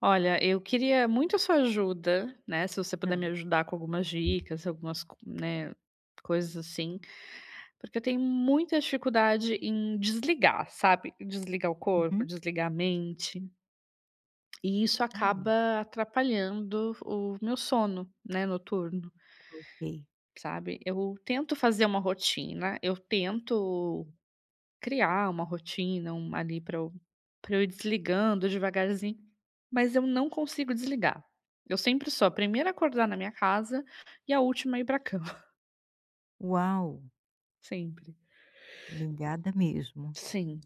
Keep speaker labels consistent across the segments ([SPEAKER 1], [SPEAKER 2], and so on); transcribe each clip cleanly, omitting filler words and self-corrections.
[SPEAKER 1] Olha, eu queria muito a sua ajuda, né, se você puder me
[SPEAKER 2] Hã.
[SPEAKER 1] ajudar com algumas dicas, algumas, co né, coisas assim, porque eu tenho muita dificuldade em desligar, sabe? Desligar o corpo,
[SPEAKER 2] Uhum.
[SPEAKER 1] desligar a mente, e isso
[SPEAKER 2] Olha,
[SPEAKER 1] acaba atrapalhando o meu sono, né, noturno,
[SPEAKER 2] tá ok.
[SPEAKER 1] sabe? Eu tento fazer uma rotina, eu tento criar uma rotina, um ali para eu pra eu ir desligando devagarzinho, mas eu não consigo desligar. Eu sempre sou a primeira a acordar na minha casa e a última a ir para cama,
[SPEAKER 2] Uau,
[SPEAKER 1] sempre.
[SPEAKER 2] ligada mesmo.
[SPEAKER 1] Sim.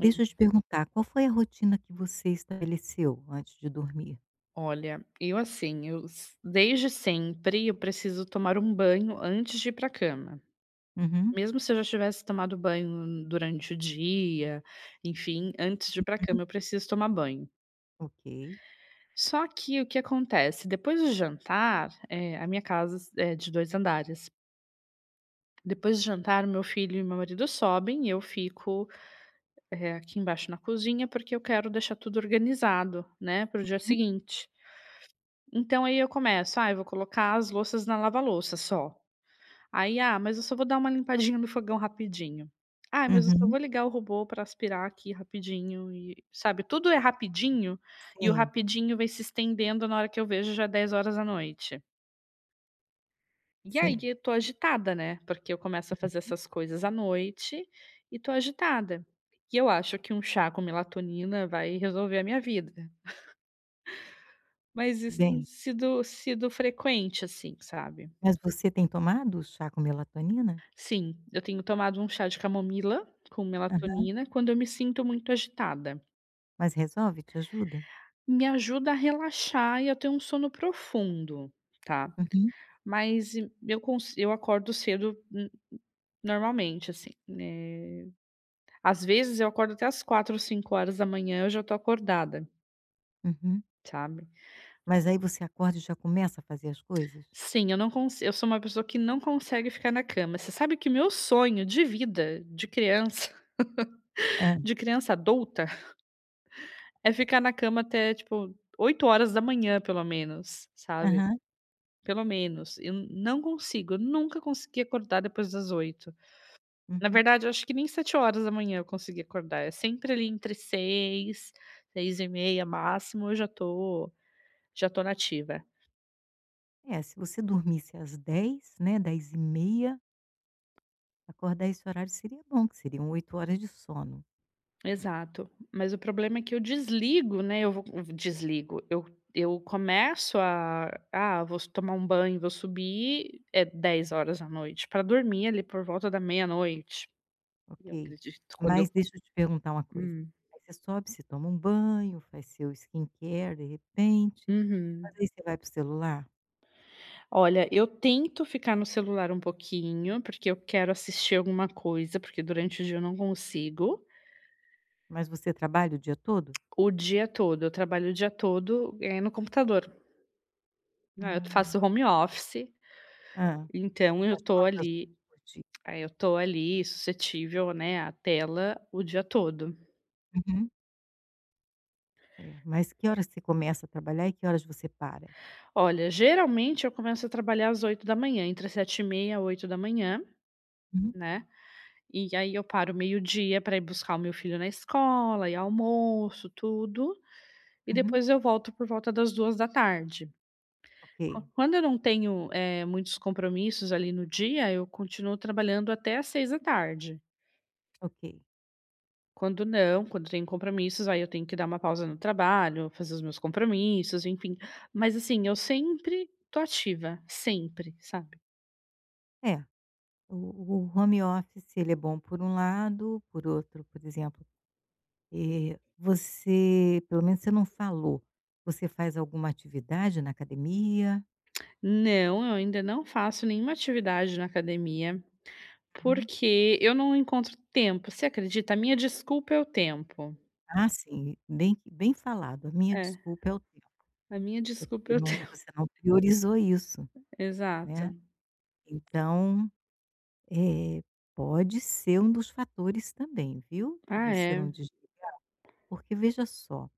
[SPEAKER 1] E
[SPEAKER 2] eu te, uhum, perguntar, qual foi a rotina que você estabeleceu antes de dormir?
[SPEAKER 1] olha, eu assim, eu s desde sempre eu preciso tomar um banho antes de ir para cama.
[SPEAKER 2] Uhum.
[SPEAKER 1] Mesmo se eu já tivesse tomado banho durante o dia, enfim, antes de ir para
[SPEAKER 2] Uhum.
[SPEAKER 1] cama eu preciso tomar banho.
[SPEAKER 2] Ok.
[SPEAKER 1] Só que o que acontece, depois do jantar, a minha casa é de 2 andares. Depois do jantar, meu filho e meu marido sobem e eu fico, aqui embaixo na cozinha, porque eu quero deixar tudo organizado, né, para o dia
[SPEAKER 2] Uhum.
[SPEAKER 1] seguinte. Então aí eu começo: "Ah, eu vou colocar as louças na lava-louça só". Aí: "Ah, mas eu só vou dar uma limpadinha no fogão rapidinho". "Ah, mas eu só
[SPEAKER 2] Uhum.
[SPEAKER 1] vou ligar o robô para aspirar aqui rapidinho", e sabe, tudo é rapidinho, e o
[SPEAKER 2] Sim,
[SPEAKER 1] rapidinho vai se estendendo, na hora que eu vejo já é 10 horas da noite. E aí
[SPEAKER 2] sim.
[SPEAKER 1] eu tô agitada, né, porque eu começo a fazer essas coisas à noite e tô agitada. E eu acho que um chá com melatonina vai resolver a minha vida. Mas isso tem
[SPEAKER 2] Bem,
[SPEAKER 1] sido frequente, assim, sabe.
[SPEAKER 2] mas você tem tomado o chá com melatonina?
[SPEAKER 1] Sim, eu tenho tomado um chá de camomila com
[SPEAKER 2] Aham.
[SPEAKER 1] melatonina quando eu me sinto muito agitada.
[SPEAKER 2] Mas resolve? Te ajuda?
[SPEAKER 1] Me ajuda a relaxar e eu tenho um sono profundo, tá.
[SPEAKER 2] Uhum.
[SPEAKER 1] Mas eu acordo cedo n normalmente, assim, né. Às vezes eu acordo até às 4 ou 5 horas da manhã, eu já tô acordada,
[SPEAKER 2] Uhum.
[SPEAKER 1] sabe.
[SPEAKER 2] Mas aí você acorda e já começa a fazer as coisas?
[SPEAKER 1] Sim, eu não consigo. Eu sou uma pessoa que não consegue ficar na cama. Você sabe que o meu sonho de vida, de criança,
[SPEAKER 2] Hã.
[SPEAKER 1] de criança adulta, é ficar na cama até, tipo, 8 horas da manhã, pelo menos, sabe.
[SPEAKER 2] Aham.
[SPEAKER 1] Pelo menos. Eu não consigo, eu nunca consegui acordar depois das 8. Na
[SPEAKER 2] Uhum.
[SPEAKER 1] verdade, eu acho que nem 7 horas da manhã eu consegui acordar, é sempre ali entre seis, 6h30 máximo, eu já tô nativa.
[SPEAKER 2] É, se você dormisse às 10h, né, 10h30? Acordar esse horário seria bom, que seriam 8 horas de sono,
[SPEAKER 1] Exato. Mas o problema é que eu desligo, né, eu vou desligo, eu começo a: "Ah, vou tomar um banho, vou subir", é 10 horas da noite para dormir ali por volta da meia-noite, eu
[SPEAKER 2] ok.
[SPEAKER 1] acredito,
[SPEAKER 2] Uhum.
[SPEAKER 1] quando eu,
[SPEAKER 2] Mas deixa eu te perguntar uma coisa,
[SPEAKER 1] hum.
[SPEAKER 2] aí você sobe, você toma um banho, faz seu skincare, de repente, mas
[SPEAKER 1] Uhum.
[SPEAKER 2] aí você vai para o celular,
[SPEAKER 1] Olha, eu tento ficar no celular um pouquinho, porque eu quero assistir alguma coisa, porque durante o dia eu não consigo.
[SPEAKER 2] mas você trabalha o dia todo?
[SPEAKER 1] O dia todo, eu trabalho o dia todo, no computador, né, eu
[SPEAKER 2] Ah,
[SPEAKER 1] faço home office,
[SPEAKER 2] hã, tá.
[SPEAKER 1] então eu
[SPEAKER 2] Faz
[SPEAKER 1] tô
[SPEAKER 2] quantas horas
[SPEAKER 1] ali
[SPEAKER 2] por dia?
[SPEAKER 1] aí eu tô ali suscetível, né, à tela o dia todo.
[SPEAKER 2] Uhum. É, mas que horas você começa a trabalhar e que horas você para?
[SPEAKER 1] Olha, geralmente eu começo a trabalhar às 8 da manhã, entre 7h30 h 8 da manhã,
[SPEAKER 2] Uhum,
[SPEAKER 1] né, e aí eu paro meio-dia para ir buscar o meu filho na escola e almoço, tudo, e
[SPEAKER 2] uhum.
[SPEAKER 1] depois eu volto por volta das 14h. Quan
[SPEAKER 2] Ok,
[SPEAKER 1] quando eu não tenho, muitos compromissos ali no dia, eu continuo trabalhando até às 6 da tarde.
[SPEAKER 2] ok.
[SPEAKER 1] Quando não, quando tenho compromissos, aí eu tenho que dar uma pausa no trabalho, fazer os meus compromissos, enfim. Mas assim, eu sempre tô ativa, sempre, sabe?
[SPEAKER 2] É, o o home office ele é bom por um lado, por outro, por exemplo. Você pelo menos você não falou, você faz alguma atividade na academia?
[SPEAKER 1] Não, eu ainda não faço nenhuma atividade na academia,
[SPEAKER 2] Uhum.
[SPEAKER 1] porque eu não encontro tempo. Você acredita? A minha desculpa é o tempo.
[SPEAKER 2] Ah, sim, bem falado, a minha
[SPEAKER 1] É,
[SPEAKER 2] desculpa é o tempo,
[SPEAKER 1] a minha
[SPEAKER 2] é
[SPEAKER 1] desculpa
[SPEAKER 2] porque
[SPEAKER 1] é o
[SPEAKER 2] não
[SPEAKER 1] tempo.
[SPEAKER 2] você não priorizou isso, né.
[SPEAKER 1] Exato.
[SPEAKER 2] Então, eh, pode ser um dos fatores também, viu, de
[SPEAKER 1] Ah,
[SPEAKER 2] você não
[SPEAKER 1] é.
[SPEAKER 2] desligar, porque veja só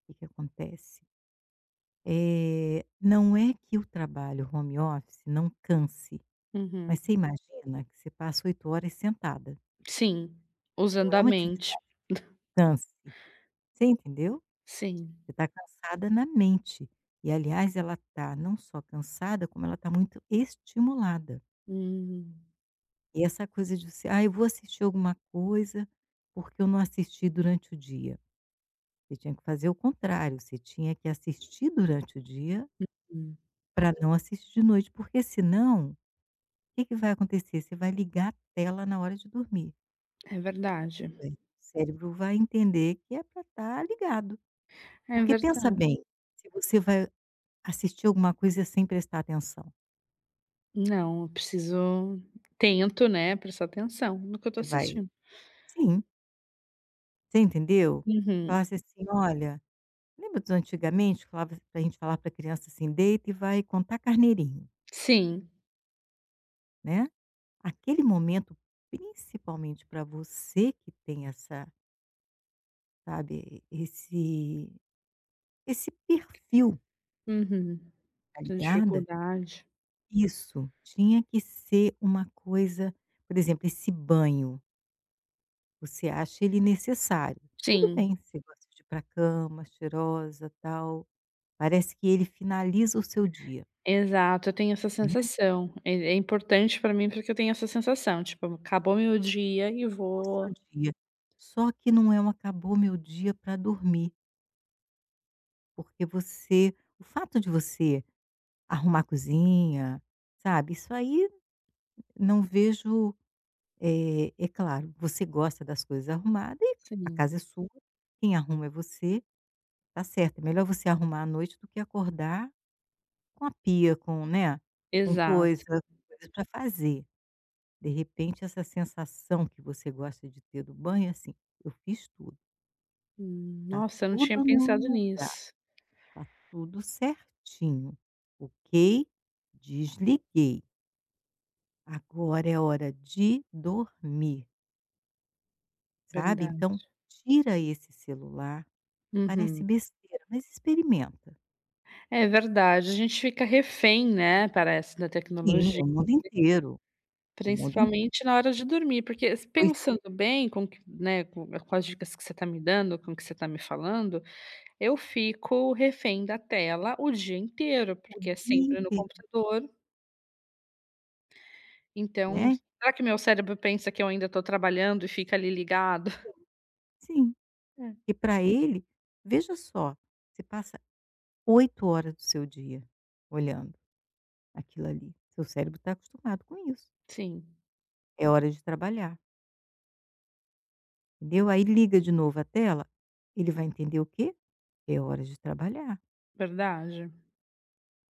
[SPEAKER 2] o que que acontece, não é que o trabalho home office não canse, mas
[SPEAKER 1] Uhum.
[SPEAKER 2] você imagina que você passa 8 horas sentada,
[SPEAKER 1] Sim,
[SPEAKER 2] não
[SPEAKER 1] usando
[SPEAKER 2] é
[SPEAKER 1] a
[SPEAKER 2] uma atividade.
[SPEAKER 1] mente.
[SPEAKER 2] Canse, você entendeu?
[SPEAKER 1] Sim.
[SPEAKER 2] Você está cansada na mente. E aliás ela está não só cansada, como ela está muito estimulada.
[SPEAKER 1] Hum,
[SPEAKER 2] E essa coisa de você: "Ah, eu vou assistir alguma coisa, porque eu não assisti durante o dia". Você tinha que fazer o contrário, você tinha que assistir durante o dia,
[SPEAKER 1] hum.
[SPEAKER 2] para não assistir de noite, porque senão, o que que vai acontecer? Você vai ligar a tela na hora de dormir.
[SPEAKER 1] É verdade.
[SPEAKER 2] Pois. O cérebro vai entender que é para estar ligado.
[SPEAKER 1] É
[SPEAKER 2] Porque pensa
[SPEAKER 1] verdade.
[SPEAKER 2] bem, se você vai assistir alguma coisa sem prestar atenção.
[SPEAKER 1] Não, eu preciso tento, né, prestar atenção no que eu tô
[SPEAKER 2] Você vai
[SPEAKER 1] assistindo.
[SPEAKER 2] Sim, você entendeu?
[SPEAKER 1] Uhum.
[SPEAKER 2] Falasse assim: "Olha", lembra dos antigamente que falava pra gente falar pra criança assim: "Deita e vai contar carneirinho",
[SPEAKER 1] Sim.
[SPEAKER 2] né. Aquele momento, principalmente para você que tem essa, sabe, esse perfil,
[SPEAKER 1] Uhum.
[SPEAKER 2] tá
[SPEAKER 1] Tenho
[SPEAKER 2] ligada?
[SPEAKER 1] dificuldade.
[SPEAKER 2] Isso, tinha que ser uma coisa, por exemplo, esse banho. Você acha ele necessário. Tudo
[SPEAKER 1] Sim,
[SPEAKER 2] bem, você gosta de ir pra cama, cheirosa, tal, parece que ele finaliza o seu dia,
[SPEAKER 1] exato, eu tenho essa
[SPEAKER 2] né,
[SPEAKER 1] sensação. É importante pra mim, porque eu tenho essa sensação, tipo, acabou meu dia e
[SPEAKER 2] o seu
[SPEAKER 1] vou.
[SPEAKER 2] dia. Só que não é um acabou meu dia para dormir, porque você o fato de você arrumar a cozinha, sabe, isso aí não vejo, é claro, você gosta das coisas arrumadas, e a
[SPEAKER 1] Sim,
[SPEAKER 2] casa é sua, quem arruma é você, tá certo, é melhor você arrumar à noite do que acordar com a pia, com, né, com
[SPEAKER 1] exato.
[SPEAKER 2] coisa, coisa pra fazer. De repente essa sensação que você gosta de ter do banho é assim: "Eu fiz tudo, tá
[SPEAKER 1] Nossa, eu não tinha
[SPEAKER 2] tudo no
[SPEAKER 1] pensado
[SPEAKER 2] lugar,
[SPEAKER 1] nisso.
[SPEAKER 2] tá tudo certinho, ok, desliguei, agora é hora de dormir", sabe.
[SPEAKER 1] Verdade.
[SPEAKER 2] Então tira esse celular, parece
[SPEAKER 1] Uhum.
[SPEAKER 2] besteira, mas experimenta.
[SPEAKER 1] É verdade, a gente fica refém, né, parece, da
[SPEAKER 2] Sim,
[SPEAKER 1] tecnologia.
[SPEAKER 2] o mundo inteiro,
[SPEAKER 1] Principalmente na hora de dormir, porque s
[SPEAKER 2] foi
[SPEAKER 1] pensando bem com que né, com as dicas que você está me dando, com o que você está me falando, eu fico refém da tela o dia inteiro,
[SPEAKER 2] o
[SPEAKER 1] porque é
[SPEAKER 2] dia
[SPEAKER 1] sempre no
[SPEAKER 2] inteiro,
[SPEAKER 1] computador, então
[SPEAKER 2] né.
[SPEAKER 1] será que meu cérebro pensa que eu ainda estou trabalhando e fica ali ligado?
[SPEAKER 2] Sim.
[SPEAKER 1] É,
[SPEAKER 2] E para ele, veja só, você passa 8 horas do seu dia olhando aquilo ali. Seu cérebro está acostumado com isso.
[SPEAKER 1] sim,
[SPEAKER 2] É hora de trabalhar, entendeu? Aí liga de novo a tela, ele vai entender o quê? É hora de trabalhar,
[SPEAKER 1] verdade.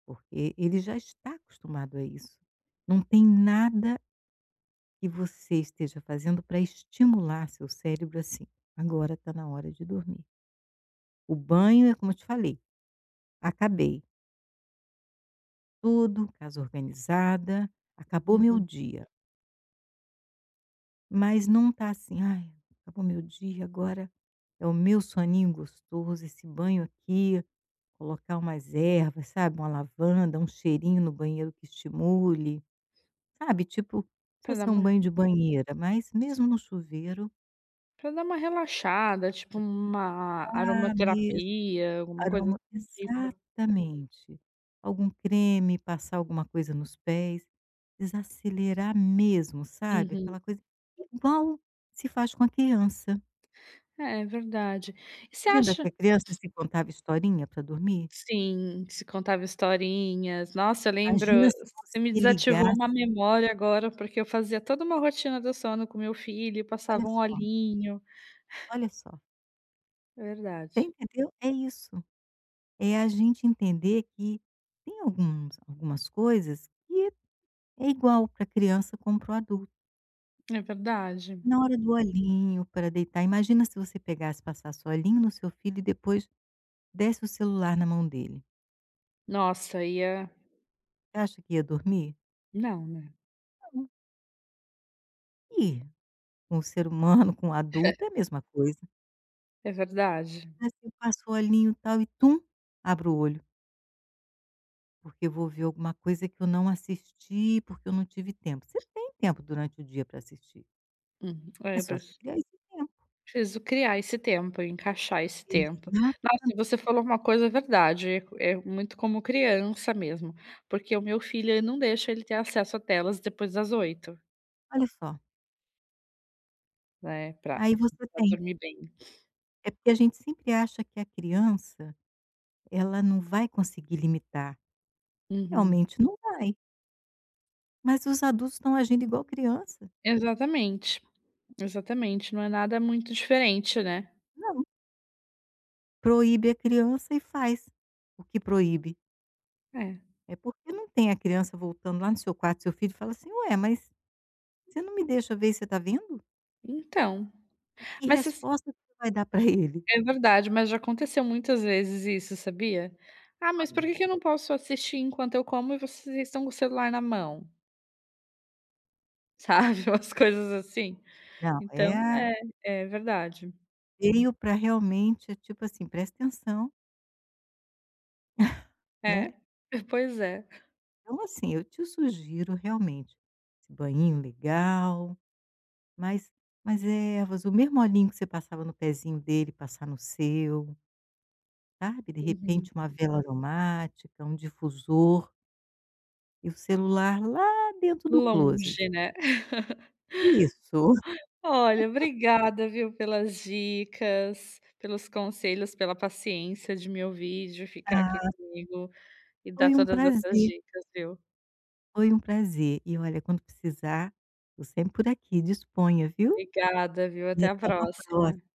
[SPEAKER 2] porque ele já está acostumado a isso. Não tem nada que você esteja fazendo para estimular seu cérebro assim. Agora está na hora de dormir. O banho é como eu te falei, acabei tudo, casa organizada, acabou meu
[SPEAKER 1] Uhum.
[SPEAKER 2] dia. Mas não tá assim: "Ai, acabou meu dia, agora é o meu soninho gostoso, esse banho aqui", colocar umas ervas, sabe, uma lavanda, um cheirinho no banheiro que estimule, sabe, tipo,
[SPEAKER 1] Pra
[SPEAKER 2] precisa
[SPEAKER 1] dar
[SPEAKER 2] ser um
[SPEAKER 1] uma
[SPEAKER 2] banho de banheira, mas mesmo no chuveiro.
[SPEAKER 1] pra dar uma relaxada, tipo uma
[SPEAKER 2] Ah, mesmo
[SPEAKER 1] aromaterapia, alguma coisa do
[SPEAKER 2] aroma,
[SPEAKER 1] tipo.
[SPEAKER 2] exatamente. Algum creme, passar alguma coisa nos pés, desacelerar mesmo, sabe,
[SPEAKER 1] Uhum.
[SPEAKER 2] aquela coisa igual se faz com a criança.
[SPEAKER 1] É, é verdade. E você
[SPEAKER 2] Você lembra que
[SPEAKER 1] acha.
[SPEAKER 2] a criança se contava historinha para dormir?
[SPEAKER 1] Sim, se contava historinhas. Nossa, eu lembro,
[SPEAKER 2] Imagina se
[SPEAKER 1] você
[SPEAKER 2] você
[SPEAKER 1] me desativou
[SPEAKER 2] ligasse
[SPEAKER 1] uma memória agora, porque eu fazia toda uma rotina do sono com meu filho,
[SPEAKER 2] Olha
[SPEAKER 1] passava um
[SPEAKER 2] só,
[SPEAKER 1] olhinho.
[SPEAKER 2] olha só,
[SPEAKER 1] É
[SPEAKER 2] você
[SPEAKER 1] verdade,
[SPEAKER 2] entendeu? É isso, é a gente entender que tem alguns algumas coisas que é igual para criança como para o adulto.
[SPEAKER 1] é verdade.
[SPEAKER 2] Na hora do olhinho para deitar, imagina se você pegasse, passasse o olhinho no seu filho e depois desse o celular na mão dele.
[SPEAKER 1] Nossa, ia.
[SPEAKER 2] Você acha que ia dormir?
[SPEAKER 1] Não, né,
[SPEAKER 2] Não. Ia. Com o ser humano, com o adulto, é a mesma coisa.
[SPEAKER 1] é verdade.
[SPEAKER 2] Mas passa o olhinho, tal, e tum, abre o olho. Porque eu vou ver alguma coisa que eu não assisti, porque eu não tive tempo. Você tem tempo durante o dia para assistir,
[SPEAKER 1] É,
[SPEAKER 2] é
[SPEAKER 1] eu
[SPEAKER 2] só você criar esse tempo.
[SPEAKER 1] preciso criar esse tempo, encaixar esse tempo.
[SPEAKER 2] Exato.
[SPEAKER 1] Nossa, você falou uma coisa, é verdade, é muito como criança mesmo, porque o meu filho, eu não deixa ele ter acesso a telas depois das oito,
[SPEAKER 2] Olha só,
[SPEAKER 1] né, pra
[SPEAKER 2] aí você
[SPEAKER 1] pra
[SPEAKER 2] tem.
[SPEAKER 1] dormir bem.
[SPEAKER 2] É porque a gente sempre acha que a criança, ela não vai conseguir limitar,
[SPEAKER 1] Uhum.
[SPEAKER 2] realmente não vai, mas os adultos estão agindo igual criança.
[SPEAKER 1] Exatamente, exatamente, não é nada muito diferente, né.
[SPEAKER 2] Não, proíbe a criança e faz o que proíbe.
[SPEAKER 1] É,
[SPEAKER 2] É porque não tem a criança voltando lá no seu quarto, seu filho, e fala assim: "Ué, mas você não me deixa ver se você está vendo?"
[SPEAKER 1] então,
[SPEAKER 2] E que
[SPEAKER 1] mas você s
[SPEAKER 2] resposta que você vai dar para ele?
[SPEAKER 1] é verdade, mas já aconteceu muitas vezes isso, sabia? "Ah, mas por
[SPEAKER 2] Olha.
[SPEAKER 1] que que eu não posso assistir enquanto eu como e vocês estão com o celular na mão?", sabe, umas coisas assim.
[SPEAKER 2] Não, é
[SPEAKER 1] Então
[SPEAKER 2] a
[SPEAKER 1] é, é verdade.
[SPEAKER 2] veio pra realmente, é tipo assim, presta atenção,
[SPEAKER 1] É,
[SPEAKER 2] né.
[SPEAKER 1] pois é.
[SPEAKER 2] Então assim, eu te sugiro realmente, esse banhinho legal, mas ervas, o mesmo olhinho que você passava no pezinho dele, passar no seu, sabe. De
[SPEAKER 1] Uhum.
[SPEAKER 2] repente uma vela aromática, um difusor e o celular lá dentro do closet.
[SPEAKER 1] Longe, né.
[SPEAKER 2] Isso.
[SPEAKER 1] Olha, obrigada, viu, pelas dicas, pelos conselhos, pela paciência de me ouvir, de ficar aqui
[SPEAKER 2] Ah,
[SPEAKER 1] comigo e dar
[SPEAKER 2] foi um
[SPEAKER 1] todas essas
[SPEAKER 2] prazer
[SPEAKER 1] dicas, viu.
[SPEAKER 2] foi um prazer. E olha, quando precisar, estou sempre por aqui. Disponha, viu?
[SPEAKER 1] Obrigada, viu,
[SPEAKER 2] E
[SPEAKER 1] até a
[SPEAKER 2] até uma
[SPEAKER 1] próxima.
[SPEAKER 2] próxima